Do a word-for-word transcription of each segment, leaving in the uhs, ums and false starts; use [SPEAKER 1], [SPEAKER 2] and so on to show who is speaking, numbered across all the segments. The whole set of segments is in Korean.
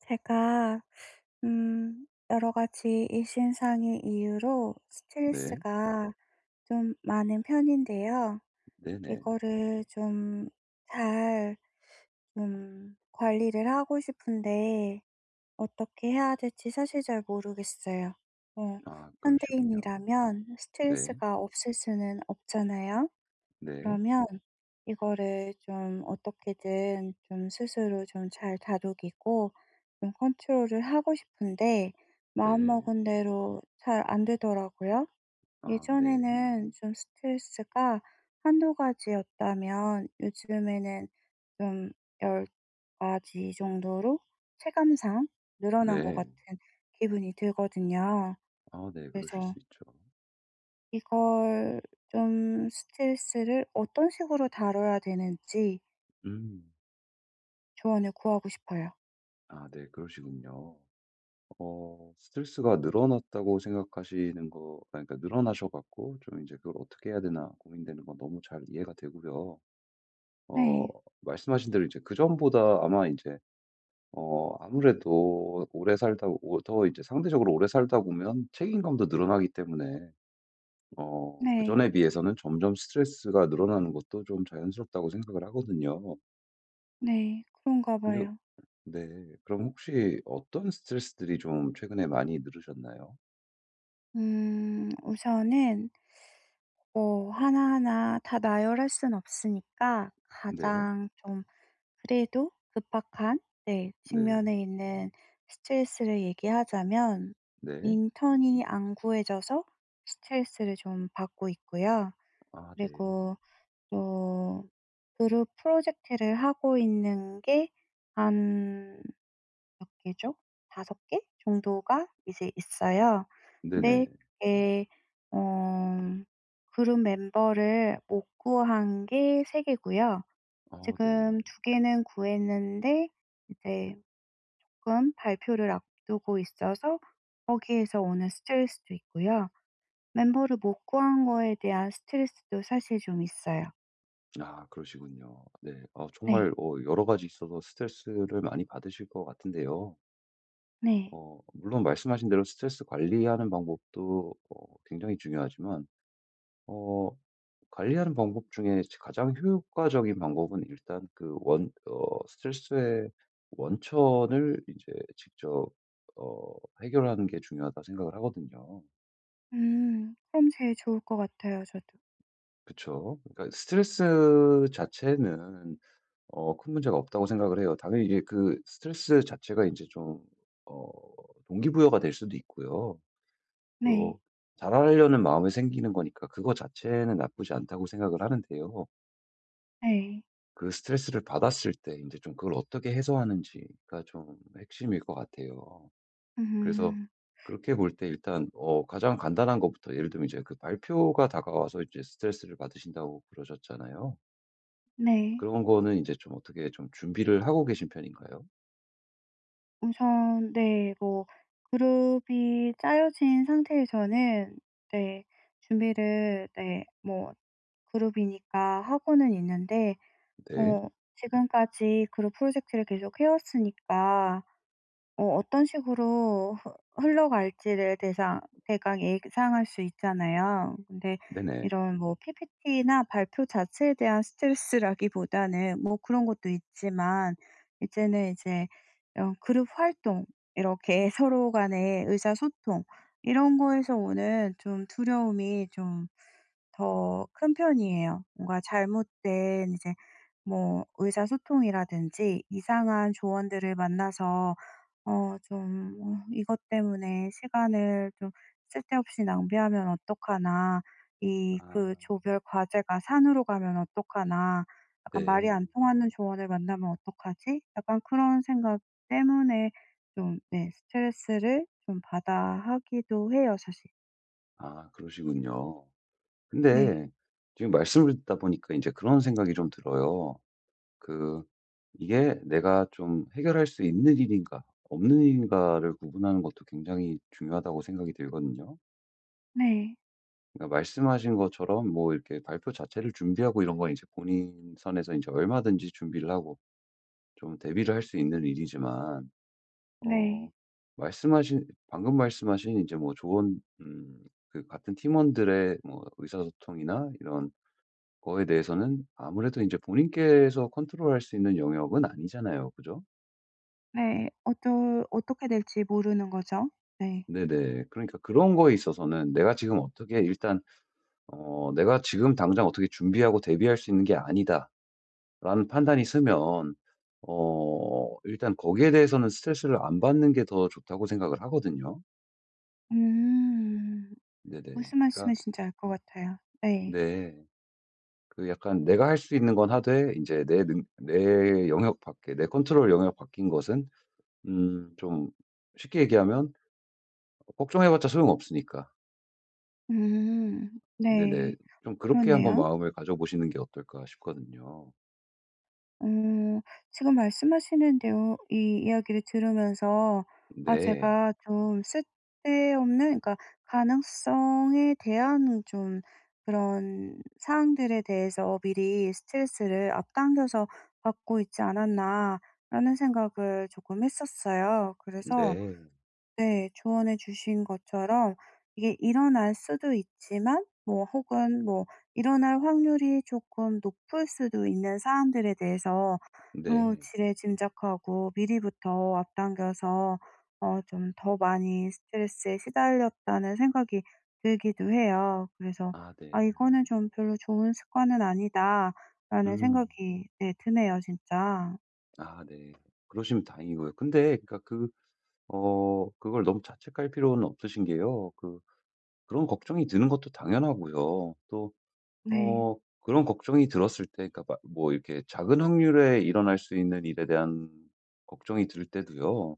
[SPEAKER 1] 제가 음 여러 가지 일신상의 이유로
[SPEAKER 2] 네.
[SPEAKER 1] 스트레스가 좀 많은 편인데요.
[SPEAKER 2] 네네.
[SPEAKER 1] 이거를 좀 잘 좀 관리를 하고 싶은데 어떻게 해야 될지 사실 잘 모르겠어요. 어
[SPEAKER 2] 아 그러시군요.
[SPEAKER 1] 현대인이라면
[SPEAKER 2] 네.
[SPEAKER 1] 스트레스가 없을 수는 없잖아요.
[SPEAKER 2] 네.
[SPEAKER 1] 그러면 이거를 좀 어떻게든 좀 스스로 좀 잘 다독이고 좀 컨트롤을 하고 싶은데
[SPEAKER 2] 네.
[SPEAKER 1] 마음먹은 대로 잘 안 되더라고요.
[SPEAKER 2] 아 네.
[SPEAKER 1] 예전에는 좀 스트레스가 한두 가지였다면 요즘에는 좀 열 가지 정도로 체감상 늘어난 것
[SPEAKER 2] 네.
[SPEAKER 1] 같은 기분이 들거든요.
[SPEAKER 2] 아 네. 그러실
[SPEAKER 1] 그래서
[SPEAKER 2] 수 있죠.
[SPEAKER 1] 이걸 좀 스트레스를 어떤 식으로 다뤄야 되는지
[SPEAKER 2] 음.
[SPEAKER 1] 조언을 구하고 싶어요.
[SPEAKER 2] 아 네. 그러시군요. 어 스트레스가 늘어났다고 생각하시는 거, 아 그러니까 늘어나셔 갖고 좀 이제 '그걸 어떻게 해야 되나.' 고민되는 건 너무 잘 이해가 되고요. 어
[SPEAKER 1] 네.
[SPEAKER 2] 말씀하신 대로 이제 그전보다 아마 이제 어 아무래도 오래 살다 오 더 이제 상대적으로 오래 살다 보면 책임감도 늘어나기 때문에 어
[SPEAKER 1] 네.
[SPEAKER 2] 그전에 비해서는 점점 스트레스가 늘어나는 것도 좀 자연스럽다고 생각을 하거든요.
[SPEAKER 1] 네. 그런가
[SPEAKER 2] 근데
[SPEAKER 1] 봐요.
[SPEAKER 2] 네. 그럼 혹시 어떤 스트레스들이 좀 최근에 많이 늘으셨나요?
[SPEAKER 1] 음 우선은 뭐 하나하나 다 나열할 순 없으니까
[SPEAKER 2] 네.
[SPEAKER 1] 가장 좀 그래도 급박한 네
[SPEAKER 2] 네네.
[SPEAKER 1] 직면에 있는 스트레스를 얘기하자면
[SPEAKER 2] 네.
[SPEAKER 1] 인턴이 안 구해져서 스트레스를 좀 받고 있고요.
[SPEAKER 2] 아 네.
[SPEAKER 1] 그리고 어 그룹 프로젝트를 하고 있는 게 한 몇 개죠? 다섯 개 정도가 이제 있어요.
[SPEAKER 2] 네네.
[SPEAKER 1] 근데 그게 어 그룹 멤버를 못 구한 게 세 개고요.
[SPEAKER 2] 아 네.
[SPEAKER 1] 지금 두 개는 구했는데 이제 조금 발표를 앞두고 있어서 거기에서 오는 스트레스도 있고요. 멤버를 못 구한 거에 대한 스트레스도 사실 좀 있어요.
[SPEAKER 2] 아 그러시군요. 네. 어 정말
[SPEAKER 1] 네.
[SPEAKER 2] 어 여러 가지 있어서 스트레스를 많이 받으실 것 같은데요.
[SPEAKER 1] 네.
[SPEAKER 2] 어 물론 말씀하신 대로 스트레스 관리하는 방법도 어 굉장히 중요하지만 어, 관리하는 방법 중에 가장 효과적인 방법은 일단 그 원, 어, 스트레스의 원천을 이제 직접, 어, 해결하는 게 중요하다 생각을 하거든요.
[SPEAKER 1] 음. 그럼 제일 좋을 것 같아요 저도.
[SPEAKER 2] 그쵸. 그러니까 스트레스 자체는, 어, 큰 문제가 없다고 생각을 해요. 당연히 이제 그 스트레스 자체가 이제 좀, 어, 동기부여가 될 수도 있고요.
[SPEAKER 1] 네.
[SPEAKER 2] 또, 잘하려는 마음이 생기는 거니까 그거 자체는 나쁘지 않다고 생각을 하는데요.
[SPEAKER 1] 네.
[SPEAKER 2] 그 스트레스를 받았을 때 이제 좀 그걸 어떻게 해소하는지가 좀 핵심일 것 같아요. 그래서
[SPEAKER 1] 음.
[SPEAKER 2] 그렇게 볼 때 일단 어 가장 간단한 것부터 예를 들면 이제 그 발표가 다가와서 이제 스트레스를 받으신다고 그러셨잖아요.
[SPEAKER 1] 네.
[SPEAKER 2] 그런 거는 이제 좀 어떻게 좀 준비를 하고 계신 편인가요?
[SPEAKER 1] 우선 네 뭐 그룹이 짜여진 상태에서는 네 준비를 네 뭐 그룹이니까 하고는 있는데
[SPEAKER 2] 네.
[SPEAKER 1] 뭐 지금까지 그룹 프로젝트를 계속 해왔으니까 어 어떤 식으로 흐 흘러갈지를 대상 대강 예상할 수 있잖아요. 근데
[SPEAKER 2] 네네.
[SPEAKER 1] 이런 뭐 피피티나 발표 자체에 대한 스트레스라기보다는 뭐 그런 것도 있지만 이제는 이제 이런 그룹 활동 이렇게 서로 간의 의사소통 이런 거에서 오는 좀 두려움이 좀 더 큰 편이에요. 뭔가 잘못된 이제 뭐 의사소통이라든지 이상한 조언들을 만나서 어 좀 어 '이것 때문에 시간을 좀 쓸데없이 낭비하면 어떡하나. 이
[SPEAKER 2] 아
[SPEAKER 1] 그 조별 과제가 산으로 가면 어떡하나. 약간 말이
[SPEAKER 2] 네.
[SPEAKER 1] 안 통하는 조언을 만나면 어떡하지?' 약간 그런 생각 때문에 좀 네 스트레스를 좀 받아 하기도 해요 사실.
[SPEAKER 2] 아 그러시군요.
[SPEAKER 1] 네.
[SPEAKER 2] 근데 지금 말씀을 듣다 보니까 이제 그런 생각이 좀 들어요. 그 이게 내가 좀 해결할 수 있는 일인가 없는 일인가를 구분하는 것도 굉장히 중요하다고 생각이 들거든요.
[SPEAKER 1] 네.
[SPEAKER 2] 그러니까 말씀하신 것처럼 뭐 이렇게 발표 자체를 준비하고 이런 건 이제 본인 선에서 이제 얼마든지 준비를 하고 좀 대비를 할 수 있는 일이지만
[SPEAKER 1] 네.
[SPEAKER 2] 어 말씀하신 방금 말씀하신 이제 뭐 조언 음, 그 같은 팀원들의 뭐 의사소통이나 이런 거에 대해서는 아무래도 이제 본인께서 컨트롤할 수 있는 영역은 아니잖아요. 그죠?
[SPEAKER 1] 네. 어떠 어떻게 될지 모르는 거죠. 네.
[SPEAKER 2] 네네. 그러니까 그런 거에 있어서는 '내가 지금 어떻게 일단 어 내가 지금 당장 어떻게 준비하고 대비할 수 있는 게 아니다.'라는 판단이 서면 어 일단 거기에 대해서는 스트레스를 안 받는 게 더 좋다고 생각을 하거든요.
[SPEAKER 1] 음.
[SPEAKER 2] 네네.
[SPEAKER 1] 무슨
[SPEAKER 2] 그러니까
[SPEAKER 1] 말씀이신지 알 것 같아요. 네.
[SPEAKER 2] 네. 그 약간 내가 할 수 있는 건 하되 인제 내 능 내 영역 밖에 내 컨트롤 영역 밖인 것은 음 좀 쉽게 얘기하면 걱정해 봤자 소용없으니까.
[SPEAKER 1] 음.
[SPEAKER 2] 네네.
[SPEAKER 1] 네.
[SPEAKER 2] 좀 그렇게 한번
[SPEAKER 1] 그렇네요.
[SPEAKER 2] 마음을 가져보시는 게 어떨까 싶거든요.
[SPEAKER 1] 음 지금 말씀하시는 데요 이 이야기를 들으면서 아
[SPEAKER 2] 네.
[SPEAKER 1] 제가 좀 쓸데없는 그러니까 가능성에 대한 좀 그런 사항들에 대해서 미리 스트레스를 앞당겨서 받고 있지 않았나라는 생각을 조금 했었어요. 그래서
[SPEAKER 2] 네.
[SPEAKER 1] 네. 조언해 주신 것처럼 이게 일어날 수도 있지만 뭐 혹은 뭐 일어날 확률이 조금 높을 수도 있는 사안들에 대해서 너무
[SPEAKER 2] 네.
[SPEAKER 1] 지레짐작하고 미리부터 앞당겨서 어 좀 더 많이 스트레스에 시달렸다는 생각이 들기도 해요. 그래서
[SPEAKER 2] 아 네.
[SPEAKER 1] '아 이거는 좀 별로 좋은 습관은 아니다.'라는
[SPEAKER 2] 음.
[SPEAKER 1] 생각이 네 드네요 진짜.
[SPEAKER 2] 아 네. 그러시면 다행이고요. 근데 그니까 그 어 그걸 너무 자책할 필요는 없으신 게요. 그 그런 걱정이 드는 것도 당연하고요. 또
[SPEAKER 1] 네.
[SPEAKER 2] 어 그런 걱정이 들었을 때 그니까 뭐 이렇게 작은 확률에 일어날 수 있는 일에 대한 걱정이 들 때도요.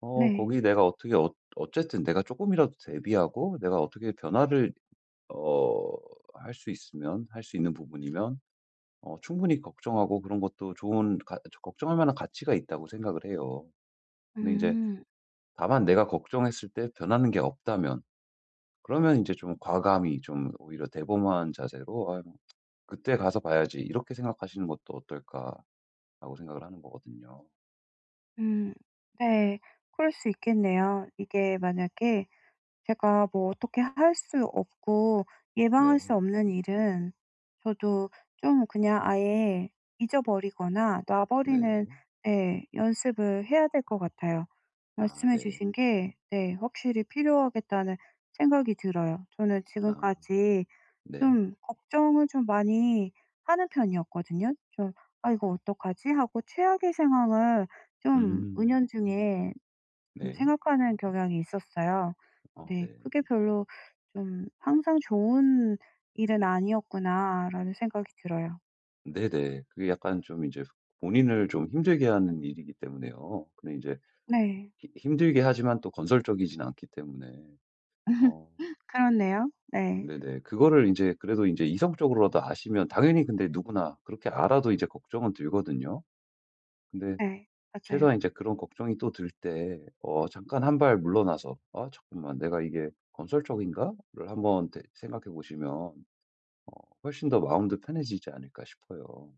[SPEAKER 2] 어
[SPEAKER 1] 네.
[SPEAKER 2] 거기 내가 어떻게 어 어쨌든 내가 조금이라도 대비하고 내가 어떻게 변화를 어 할 수 있으면 할 수 있는 부분이면 어 충분히 걱정하고 그런 것도 좋은 가 걱정할 만한 가치가 있다고 생각을 해요. 근데 이제
[SPEAKER 1] 음.
[SPEAKER 2] 다만 내가 걱정했을 때 변하는 게 없다면 그러면 이제 좀 과감히 좀 오히려 대범한 자세로 '아유 그때 가서 봐야지.' 이렇게 생각하시는 것도 어떨까라고 생각을 하는 거거든요.
[SPEAKER 1] 음. 네. 그럴 수 있겠네요. 이게 만약에 제가 뭐 어떻게 할 수 없고 예방할
[SPEAKER 2] 네.
[SPEAKER 1] 수 없는 일은 저도 좀 그냥 아예 잊어버리거나 놔 버리는
[SPEAKER 2] 네네.
[SPEAKER 1] 네 연습을 해야 될 것 같아요.
[SPEAKER 2] 아
[SPEAKER 1] 말씀해
[SPEAKER 2] 네.
[SPEAKER 1] 주신 게 네 확실히 필요하겠다는 생각이 들어요. 저는
[SPEAKER 2] 아
[SPEAKER 1] 지금까지
[SPEAKER 2] 네.
[SPEAKER 1] 좀 걱정을 좀 많이 하는 편이었거든요. 좀 '아 이거 어떡하지?' 하고 최악의 상황을 좀
[SPEAKER 2] 음.
[SPEAKER 1] 은연중에 좀
[SPEAKER 2] 네.
[SPEAKER 1] 생각하는 경향이 있었어요.
[SPEAKER 2] 아
[SPEAKER 1] 네.
[SPEAKER 2] 네.
[SPEAKER 1] 그게 별로 좀 '항상 좋은 일은 아니었구나.'라는 생각이 들어요.
[SPEAKER 2] 네네. 그게 약간 좀 이제 본인을 좀 힘들게 하는 일이기 때문에요. 근데 이제
[SPEAKER 1] 네.
[SPEAKER 2] 히 힘들게 하지만 또 건설적이진 않기 때문에 어
[SPEAKER 1] 그렇네요. 네.
[SPEAKER 2] 네네. 그거를 이제 그래도 이제 이성적으로라도 아시면 당연히 근데 누구나 그렇게 알아도 이제 걱정은 들거든요. 근데
[SPEAKER 1] 네. 맞아요.
[SPEAKER 2] 최소한 이제 그런 걱정이 또 들 때 어 잠깐 한발 물러나서 '아 잠깐만. 내가 이게 건설적인가?'를 한번 대- 생각해 보시면 어 훨씬 더 마음도 편해지지 않을까 싶어요.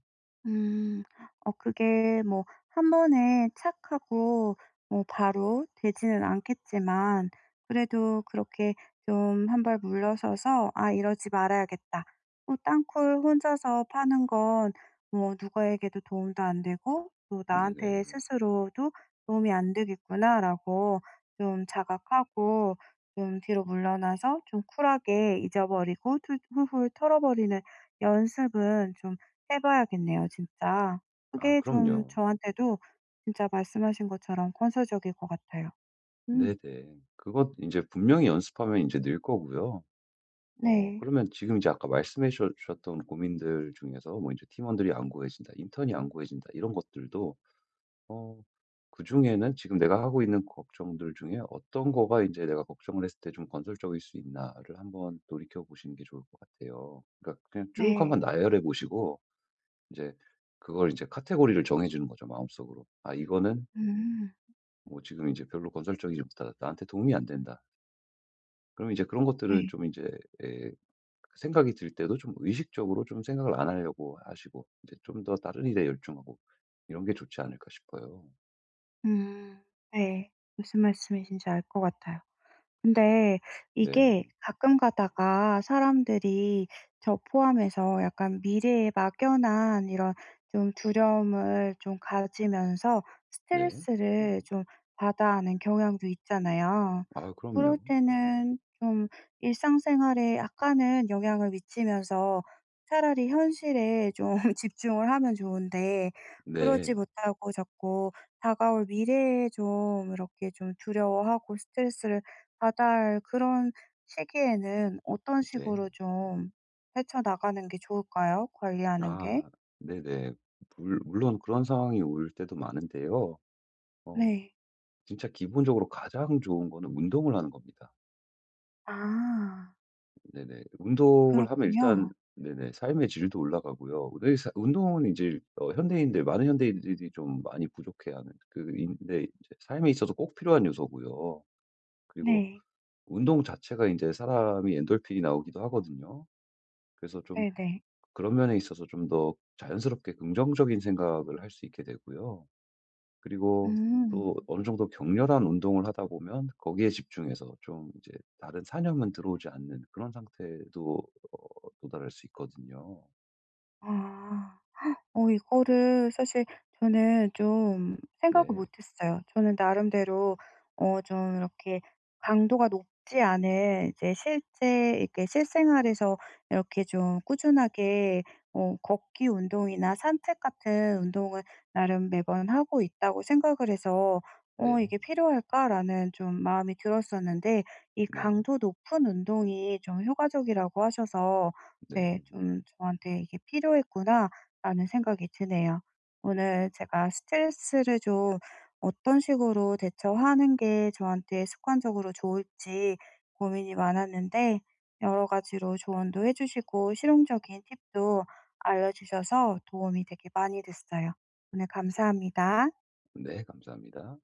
[SPEAKER 1] 음. 어 그게 뭐 한 번에 착 하고 뭐 바로 되지는 않겠지만 그래도 그렇게 좀 한 발 물러서서 '아 이러지 말아야겠다.' 또 땅굴 혼자서 파는 건 뭐 누구에게도 도움도 안 되고 또 '나한테
[SPEAKER 2] 네네.
[SPEAKER 1] 스스로도 도움이 안 되겠구나.'라고 좀 자각하고 좀 뒤로 물러나서 좀 쿨하게 잊어버리고 툴 훌훌 털어버리는 연습은 좀 해 봐야겠네요 진짜.
[SPEAKER 2] 아
[SPEAKER 1] 그게 좀
[SPEAKER 2] 그럼요.
[SPEAKER 1] 저한테도 진짜 말씀하신 것처럼 건설적일 것 같아요. 음.
[SPEAKER 2] 네네. 그것 이제 분명히 연습하면 이제 늘 거고요. 어
[SPEAKER 1] 네.
[SPEAKER 2] 그러면 지금 이제 아까 말씀해 주셨 주셨던 고민들 중에서 뭐 이제 팀원들이 안 구해진다, 인턴이 안 구해진다 이런 것들도 어 그중에는 지금 내가 하고 있는 걱정들 중에 '어떤 거가 이제 내가 걱정을 했을 때 좀 건설적일 수 있나.'를 한번 돌이켜 보시는 게 좋을 것 같아요. 그러니까 그냥 쭉 한번
[SPEAKER 1] 네.
[SPEAKER 2] 나열해 보시고 이제 그걸 이제 카테고리를 정해 주는 거죠 마음속으로. '아 이거는
[SPEAKER 1] 음.
[SPEAKER 2] 뭐 지금 이제 별로 건설적이지 못하다. 나한테 도움이 안 된다.' 그럼 이제 그런 것들은
[SPEAKER 1] 네.
[SPEAKER 2] 좀이제 그 생각이 들 때도 좀 의식적으로 좀 생각을 안 하려고 하시고 이제 좀 더 다른 일에 열중하고 이런 게 좋지 않을까 싶어요.
[SPEAKER 1] 음. 네. 무슨 말씀이신지 알 것 같아요. 근데
[SPEAKER 2] 네.
[SPEAKER 1] 이게 가끔 가다가 사람들이 저 포함해서 약간 미래에 막연한 이런 좀 두려움을 좀 가지면서
[SPEAKER 2] 네.
[SPEAKER 1] 스트레스를 좀 받아하는 경향도 있잖아요.
[SPEAKER 2] 아 그럼요.
[SPEAKER 1] 그럴 때는 좀 일상생활에 약간은 영향을 미치면서 차라리 현실에 좀 집중을 하면 좋은데 그러지
[SPEAKER 2] 네.
[SPEAKER 1] 못하고 자꾸 다가올 미래에 좀 이렇게 좀 두려워하고 스트레스를 다달 그런 시기에는 어떤
[SPEAKER 2] 네.
[SPEAKER 1] 식으로 좀 헤쳐나가는 게 좋을까요? 관리하는 게?
[SPEAKER 2] 아 네네. 물 물론 그런 상황이 올 때도 많은데요. 어
[SPEAKER 1] 네.
[SPEAKER 2] 진짜 기본적으로 가장 좋은 거는 운동을 하는 겁니다.
[SPEAKER 1] 아.
[SPEAKER 2] 네네. 운동을 하면 일단
[SPEAKER 1] 그렇군요.
[SPEAKER 2] 네네, 삶의 질도 올라가고요. 네, 사 운동은 이제 어 현대인들 많은 현대인들이 좀 많이 부족해하는 그 인데 이제 삶에 있어서 꼭 필요한 요소고요. 그리고
[SPEAKER 1] 네.
[SPEAKER 2] 운동 자체가 이제 사람이 엔돌핀이 나오기도 하거든요. 그래서 좀
[SPEAKER 1] 네네.
[SPEAKER 2] 그런 면에 있어서 좀 더 자연스럽게 긍정적인 생각을 할 수 있게 되고요. 그리고
[SPEAKER 1] 음.
[SPEAKER 2] 또 어느 정도 격렬한 운동을 하다 보면 거기에 집중해서 좀 이제 다른 사념은 들어오지 않는 그런 상태도 어 도달할 수 있거든요.
[SPEAKER 1] 아. 어 이거를 사실 저는 좀 생각을
[SPEAKER 2] 네.
[SPEAKER 1] 못 했어요. 저는 나름대로 어 좀 이렇게 강도가 높지 않은 이제 실제 이렇게 실생활에서 이렇게 좀 꾸준하게 어 걷기 운동이나 산책 같은 운동을 나름 매번 하고 있다고 생각을 해서 '어
[SPEAKER 2] 네.
[SPEAKER 1] 이게 필요할까?'라는 좀 마음이 들었었는데 이
[SPEAKER 2] 네.
[SPEAKER 1] 강도 높은 운동이 좀 효과적이라고 하셔서 네
[SPEAKER 2] 네.
[SPEAKER 1] 좀 저한테 '이게 필요했구나.' 라는 생각이 드네요. 오늘 제가 스트레스를 좀 어떤 식으로 대처하는 게 저한테 습관적으로 좋을지 고민이 많았는데 여러 가지로 조언도 해주시고 실용적인 팁도 알려주셔서 도움이 되게 많이 됐어요. 오늘 감사합니다.
[SPEAKER 2] 네. 감사합니다.